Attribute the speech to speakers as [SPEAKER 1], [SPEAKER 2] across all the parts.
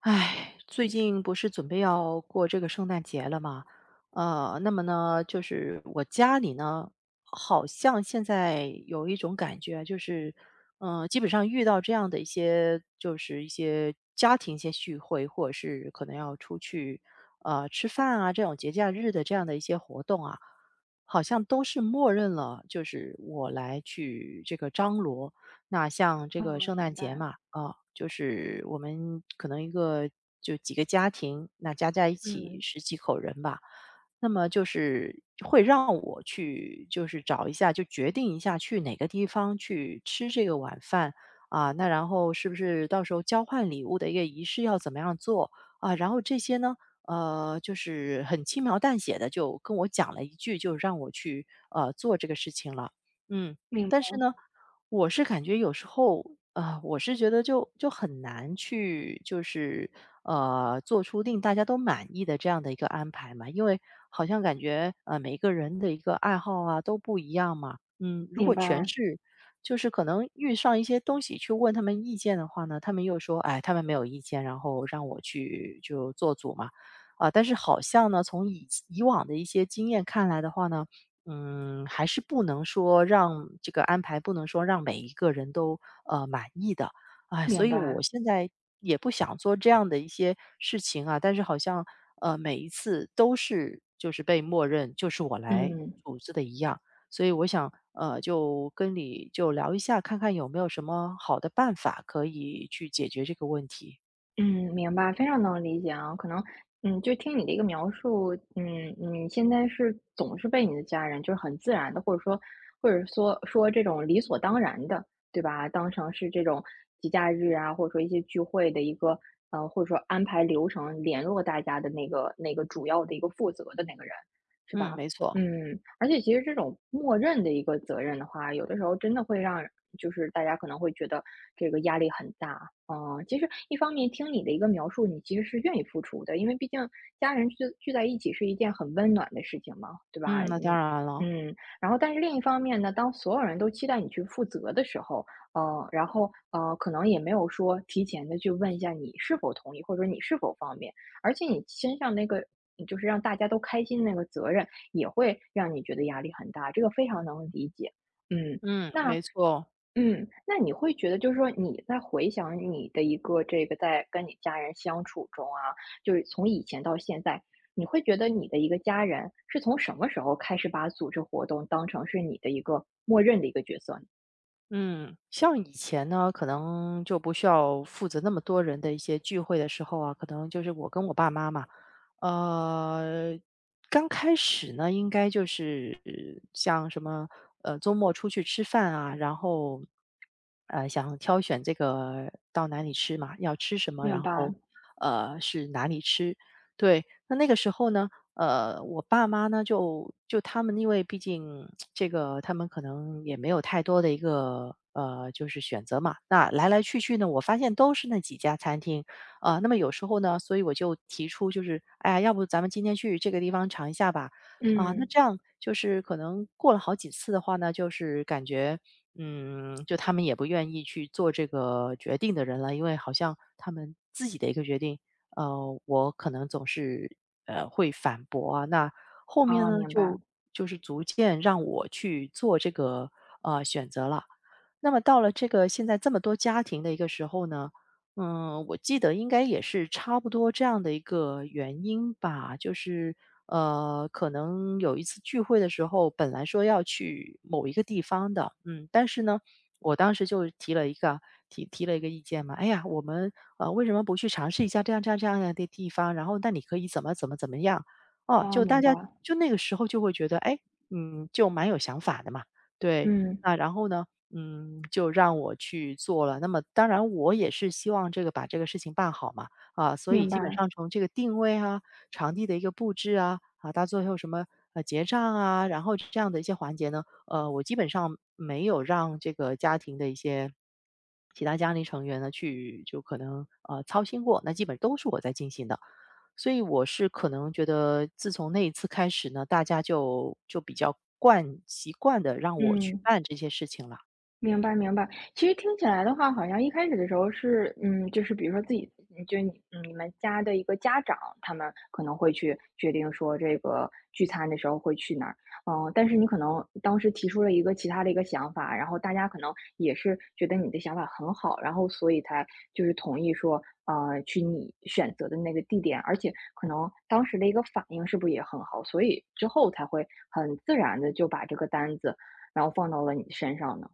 [SPEAKER 1] 唉，最近不是准备要过这个圣诞节了吗？那么呢，就是我家里呢，好像现在有一种感觉，就是，基本上遇到这样的一些，就是一些家庭一些聚会，或者是可能要出去，吃饭啊，这种节假日的这样的一些活动啊，好像都是默认了，就是我来去这个张罗，那像这
[SPEAKER 2] 啊，
[SPEAKER 1] 个圣诞
[SPEAKER 2] 明
[SPEAKER 1] 节
[SPEAKER 2] 白。
[SPEAKER 1] 嘛，啊，就是我们可能一个就几个家庭，那加在一起
[SPEAKER 2] 嗯。
[SPEAKER 1] 十几口人吧，那么就是会让我去就是找一下，就决定一下去哪个地方去吃这个晚饭啊，那然后是不是到时候交换礼物的一个仪式要怎么样做啊？然后这些呢？就是很轻描淡写的就跟我讲了一句，就让我去做这个事情了。嗯，但
[SPEAKER 2] 明
[SPEAKER 1] 是呢，我是感觉有时候，我是觉得就很难去，就是做出令大家都满意的这样的一个安排嘛，因为好像感觉每个人的一个爱好啊都不一样嘛。嗯，如果
[SPEAKER 2] 明
[SPEAKER 1] 全
[SPEAKER 2] 白，
[SPEAKER 1] 是就是可能遇上一些东西去问他们意见的话呢，他们又说，哎，他们没有意见，然后让我去就做主嘛。啊、但是好像呢，从以往的一些经验看来的话呢，还是不能说让这个安排不能说让每一个人都满意的，哎，所
[SPEAKER 2] 明
[SPEAKER 1] 以我
[SPEAKER 2] 白。
[SPEAKER 1] 现在也不想做这样的一些事情啊，但是好像每一次都是就是被默认就是我来
[SPEAKER 2] 嗯，
[SPEAKER 1] 组织的一样，所以我想就跟你就聊一下，看看有没有什么好的办法可以去解决这个问题。
[SPEAKER 2] 嗯，明白，非常能理解啊。可能，嗯，就听你的一个描述，嗯，你现在是总是被你的家人就是很自然的，或者说或者说这种理所当然的，对吧？当成是这种节假日啊，或者说一些聚会的一个，或者说安排流程联络大家的那个主要的一个负责的那个人，是
[SPEAKER 1] 嗯，
[SPEAKER 2] 吧？
[SPEAKER 1] 没错，
[SPEAKER 2] 嗯，而且其实这种默认的一个责任的话，有的时候真的会让就是大家可能会觉得这个压力很大。嗯，其实一方面听你的一个描述，你其实是愿意付出的，因为毕竟家人聚在一起是一件很温暖的事情嘛，对吧？
[SPEAKER 1] 嗯，那当
[SPEAKER 2] 嗯
[SPEAKER 1] 然了，
[SPEAKER 2] 嗯。然后，但是另一方面呢，当所有人都期待你去负责的时候，可能也没有说提前的去问一下你是否同意，或者说你是否方便，而且你身上那个就是让大家都开心那个责任。也会让你觉得压力很大，这个非常能理解。嗯，
[SPEAKER 1] 嗯，
[SPEAKER 2] 那
[SPEAKER 1] 没错。
[SPEAKER 2] 那你会觉得就是说你在回想你的一个这个在跟你家人相处中啊，就是从以前到现在，你会觉得你的一个家人是从什么时候开始把组织活动当成是你的一个默认的一个角色呢？
[SPEAKER 1] 嗯，像以前呢，可能就不需要负责那么多人的一些聚会的时候啊，可能就是我跟我爸妈嘛，呃，刚开始呢，应该就是像什么，周末出去吃饭啊，然后，想挑选这个到哪里吃嘛，要吃什么，
[SPEAKER 2] 明
[SPEAKER 1] 然
[SPEAKER 2] 白，
[SPEAKER 1] 后，是哪里吃。对，那那个时候呢，我爸妈呢，就他们因为毕竟这个他们可能也没有太多的一个就是选择嘛。那来来去去呢，我发现都是那几家餐厅。啊，那么有时候呢，所以我就提出就是，哎呀，要不咱们今天去这个地方尝一下吧。啊，那
[SPEAKER 2] 嗯，
[SPEAKER 1] 这样就是可能过了好几次的话呢，就是感觉，就他们也不愿意去做这个决定的人了，因为好像他们自己的一个决定，我可能总是会反驳啊。那后面
[SPEAKER 2] 啊，
[SPEAKER 1] 呢，
[SPEAKER 2] 明白，
[SPEAKER 1] 就是逐渐让我去做这个选择了。那么到了这个现在这么多家庭的一个时候呢，我记得应该也是差不多这样的一个原因吧，就是可能有一次聚会的时候，本来说要去某一个地方的，但是呢，我当时就提了一个意见嘛，哎呀，我们为什么不去尝试一下这样这样这样的地方？然后那你可以怎么怎么怎么样？哦，
[SPEAKER 2] 啊，
[SPEAKER 1] 就大
[SPEAKER 2] 明白，
[SPEAKER 1] 家就那个时候就会觉得，哎，就蛮有想法的嘛，对，
[SPEAKER 2] 嗯，
[SPEAKER 1] 那然后呢？就让我去做了。那么当然我也是希望这个把这个事情办好嘛，啊，所以
[SPEAKER 2] 明
[SPEAKER 1] 基本
[SPEAKER 2] 白，
[SPEAKER 1] 上从这个定位啊、场地的一个布置啊，啊，到最后什么结账啊，然后这样的一些环节呢，我基本上没有让这个家庭的一些其他家庭成员呢去就可能操心过，那基本都是我在进行的。所以我是可能觉得，自从那一次开始呢，大家就比较习惯的让我去
[SPEAKER 2] 嗯。
[SPEAKER 1] 办这些事情了。
[SPEAKER 2] 明白明白，其实听起来的话，好像一开始的时候是，嗯，就是比如说自己，就是你你们家的一个家长，他们可能会去决定说这个聚餐的时候会去哪儿，嗯，但是你可能当时提出了一个其他的一个想法，然后大家可能也是觉得你的想法很好，然后所以才就是同意说，去你选择的那个地点，而且可能当时的一个反应是不是也很好，所以之后才会很自然的就把这个单子，然后放到了你身上呢？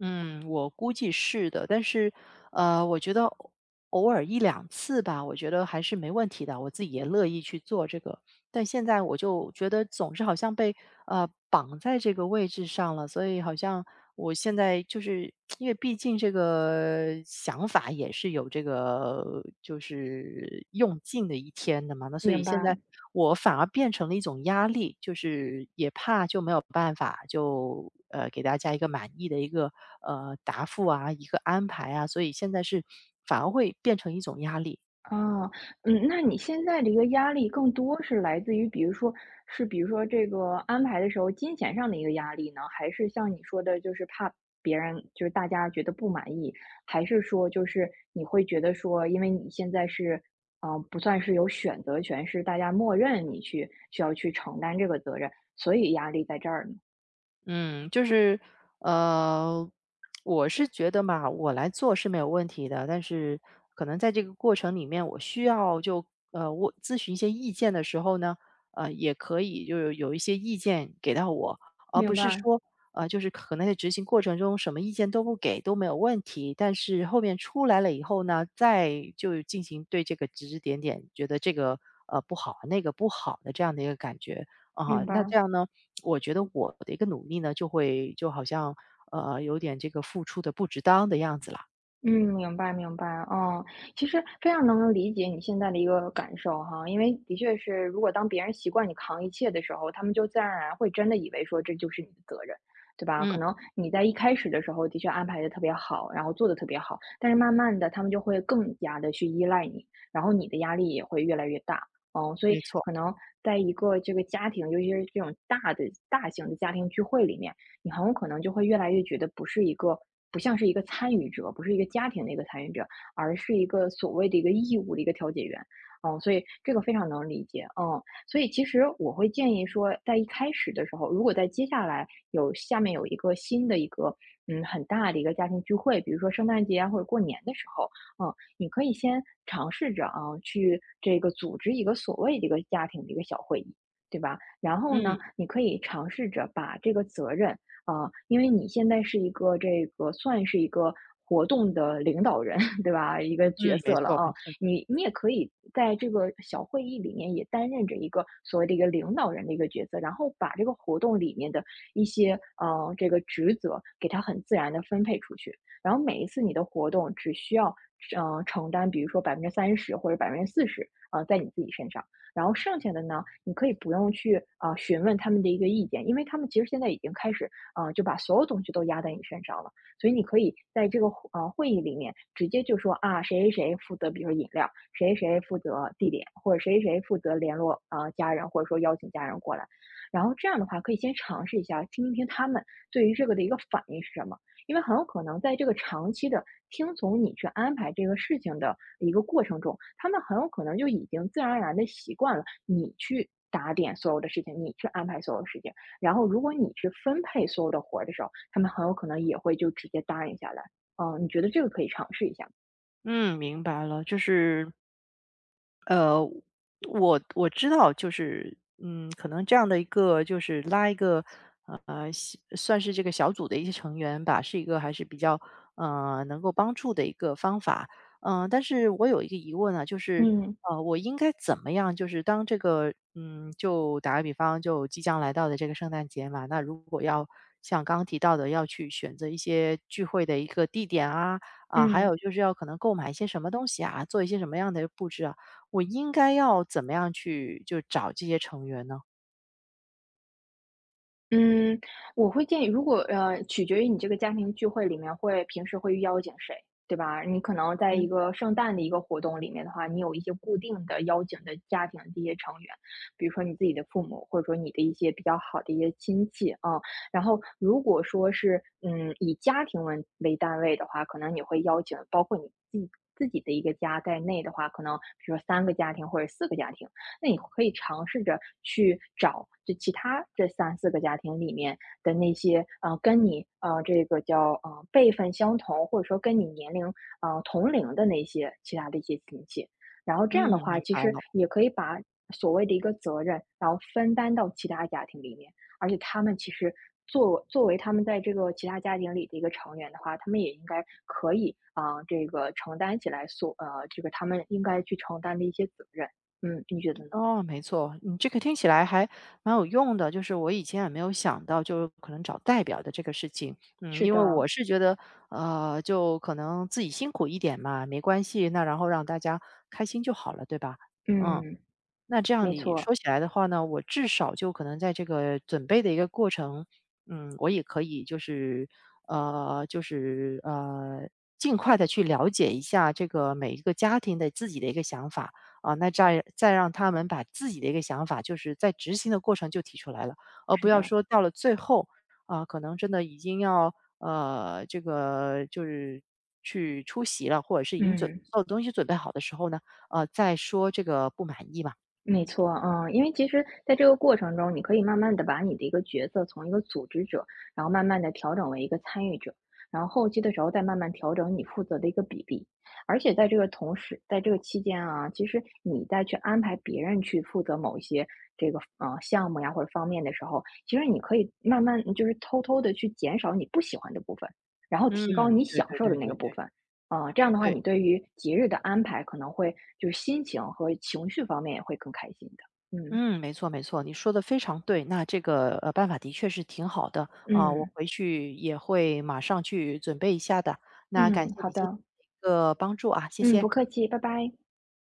[SPEAKER 1] 嗯，我估计是的，但是，我觉得偶尔一两次吧，我觉得还是没问题的，我自己也乐意去做这个。但现在我就觉得总是好像被绑在这个位置上了，所以好像我现在就是因为毕竟这个想法也是有这个就是用尽的一天的嘛。那所以
[SPEAKER 2] 明
[SPEAKER 1] 现在
[SPEAKER 2] 白，
[SPEAKER 1] 我反而变成了一种压力，就是也怕就没有办法就给大家一个满意的一个答复啊，一个安排啊，所以现在是反而会变成一种压力。
[SPEAKER 2] 啊，嗯，那你现在的一个压力更多是来自于，比如说，是比如说这个安排的时候，金钱上的一个压力呢？还是像你说的，就是怕别人，就是大家觉得不满意，还是说就是你会觉得说，因为你现在是，嗯，不算是有选择权，是大家默认你去需要去承担这个责任，所以压力在这儿呢？
[SPEAKER 1] 嗯，就是，呃，我是觉得嘛，我来做是没有问题的，但是可能在这个过程里面，我需要咨询一些意见的时候呢，也可以就是有一些意见给到我，而不
[SPEAKER 2] 明
[SPEAKER 1] 是
[SPEAKER 2] 白，
[SPEAKER 1] 说就是可能在执行过程中什么意见都不给都没有问题，但是后面出来了以后呢，再就进行对这个指指点点，觉得这个不好，那个不好的这样的一个感觉啊，
[SPEAKER 2] 明
[SPEAKER 1] 那
[SPEAKER 2] 白。
[SPEAKER 1] 这样呢？我觉得我的一个努力呢，就会就好像有点这个付出的不值当的样子啦。
[SPEAKER 2] 嗯，明白明白，嗯，其实非常能理解你现在的一个感受哈，因为的确是，如果当别人习惯你扛一切的时候，他们就自然而然会真的以为说这就是你的责任，对吧？可
[SPEAKER 1] 嗯，
[SPEAKER 2] 能你在一开始的时候的确安排的特别好，然后做的特别好，但是慢慢的他们就会更加的去依赖你，然后你的压力也会越来越大，嗯，所以
[SPEAKER 1] 没错，
[SPEAKER 2] 可能在一个这个家庭，尤其是这种大型的家庭聚会里面。你很有可能就会越来越觉得不是一个不像是一个参与者，不是一个家庭的一个参与者，而是一个所谓的一个义务的一个调解员。嗯，所以这个非常能理解。嗯，所以其实我会建议说，在一开始的时候，如果在接下来下面有一个新的一个嗯很大的一个家庭聚会，比如说圣诞节啊或者过年的时候，嗯，你可以先尝试着啊去这个组织一个所谓的一个家庭的一个小会议，对吧？然后
[SPEAKER 1] 嗯
[SPEAKER 2] 呢，你可以尝试着把这个责任啊，因为你现在是一个这个算是一个活动的领导人，对吧？一个
[SPEAKER 1] 嗯，
[SPEAKER 2] 角
[SPEAKER 1] 没
[SPEAKER 2] 色了
[SPEAKER 1] 错没
[SPEAKER 2] 啊，
[SPEAKER 1] 错。
[SPEAKER 2] 你也可以在这个小会议里面也担任着一个所谓的一个领导人的一个角色，然后把这个活动里面的一些呃这个职责给它很自然的分配出去，然后每一次你的活动只需要承担，比如说30%或者40%啊在你自己身上。然后剩下的呢，你可以不用去啊、询问他们的一个意见，因为他们其实现在已经开始啊，就把所有东西都压在你身上了。所以你可以在这个会议里面直接就说啊，谁谁谁负责，比如说饮料，谁谁谁负责地点，或者谁谁谁负责联络啊家人，或者说邀请家人过来。然后这样的话，可以先尝试一下，听一听他们对于这个的一个反应是什么。因为很有可能在这个长期的听从你去安排这个事情的一个过程中，他们很有可能就已经自然而然的习惯了你去打点所有的事情，你去安排所有事情，然后如果你去分配所有的活儿的时候，他们很有可能也会就直接答应下来。嗯，你觉得这个可以尝试一下吗？
[SPEAKER 1] 嗯，明白了，就是，呃，我知道，就是，可能这样的一个，就是拉一个，算是这个小组的一些成员吧，是一个还是比较，能够帮助的一个方法。但是我有一个疑问啊，就是，
[SPEAKER 2] 嗯
[SPEAKER 1] 我应该怎么样？就是当这个，就打个比方，就即将来到的这个圣诞节嘛，那如果要像刚刚提到的，要去选择一些聚会的一个地点啊。啊，还
[SPEAKER 2] 嗯。
[SPEAKER 1] 有就是要可能购买一些什么东西啊，做一些什么样的布置啊，我应该要怎么样去就找这些成员呢？
[SPEAKER 2] 嗯，我会建议，如果取决于你这个家庭聚会里面会平时会邀请谁，对吧？你可能在一
[SPEAKER 1] 嗯。
[SPEAKER 2] 个圣诞的一个活动里面的话，你有一些固定的邀请的家庭的一些成员，比如说你自己的父母，或者说你的一些比较好的一些亲戚啊。然后，如果说是嗯以家庭为单位的话，可能你会邀请包括你自己的一个家在内的话，可能比如说3个家庭或者4个家庭。那你可以尝试着去找这其他这3、4个家庭里面的那些跟你这个叫辈分相同，或者说跟你年龄同龄的那些其他的一些亲戚，然后这
[SPEAKER 1] 嗯，
[SPEAKER 2] 样的话，
[SPEAKER 1] 明
[SPEAKER 2] 其
[SPEAKER 1] 白
[SPEAKER 2] 实
[SPEAKER 1] 了。
[SPEAKER 2] 也可以把所谓的一个责任，然后分担到其他家庭里面，而且他们其实。作为他们在这个其他家庭里的一个成员的话，他们也应该可以啊、这个承担起来所这个他们应该去承担的一些责任。嗯，你觉得呢？
[SPEAKER 1] 哦，没错，你这个听起来还蛮有用的，就是我以前也没有想到，就是可能找代表的这个事情。
[SPEAKER 2] 是
[SPEAKER 1] 因为
[SPEAKER 2] 的，
[SPEAKER 1] 我是觉得，就可能自己辛苦一点嘛，没关系，那然后让大家开心就好了，对吧？嗯。
[SPEAKER 2] 嗯，
[SPEAKER 1] 那这样
[SPEAKER 2] 没
[SPEAKER 1] 你
[SPEAKER 2] 错，
[SPEAKER 1] 说起来的话呢，我至少就可能在这个准备的一个过程，我也可以就是呃，就是呃，尽快的去了解一下这个每一个家庭的自己的一个想法啊，那再让他们把自己的一个想法，就是在执行的过程就提出来了，而不
[SPEAKER 2] 是
[SPEAKER 1] 要
[SPEAKER 2] 的，
[SPEAKER 1] 说到了最后啊，可能真的已经要这个就是去出席了，或者是已经
[SPEAKER 2] 嗯，
[SPEAKER 1] 所有东西准备好的时候呢，再说这个不满意嘛。
[SPEAKER 2] 没错，嗯，因为其实在这个过程中，你可以慢慢的把你的一个角色从一个组织者，然后慢慢的调整为一个参与者，然后后期的时候再慢慢调整你负责的一个比例。而且在这个同时在这个期间啊，其实你再去安排别人去负责某一些这个，项目呀或者方面的时候，其实你可以慢慢就是偷偷的去减少你不喜欢的部分，然后提高
[SPEAKER 1] 嗯，
[SPEAKER 2] 你
[SPEAKER 1] 对
[SPEAKER 2] 享
[SPEAKER 1] 对
[SPEAKER 2] 受的
[SPEAKER 1] 对
[SPEAKER 2] 那个
[SPEAKER 1] 对
[SPEAKER 2] 部
[SPEAKER 1] 对
[SPEAKER 2] 分。这样的话，
[SPEAKER 1] 对，
[SPEAKER 2] 你对于节日的安排可能会就是心情和情绪方面也会更开心的。嗯，
[SPEAKER 1] 嗯，没错没错，你说的非常对。那这个，办法的确是挺好的，啊，我
[SPEAKER 2] 嗯，
[SPEAKER 1] 回去也会马上去准备一下的。那感
[SPEAKER 2] 嗯，
[SPEAKER 1] 谢
[SPEAKER 2] 好
[SPEAKER 1] 你今
[SPEAKER 2] 的，
[SPEAKER 1] 天的一个帮助啊，谢
[SPEAKER 2] 嗯，
[SPEAKER 1] 谢。
[SPEAKER 2] 不客气，拜拜。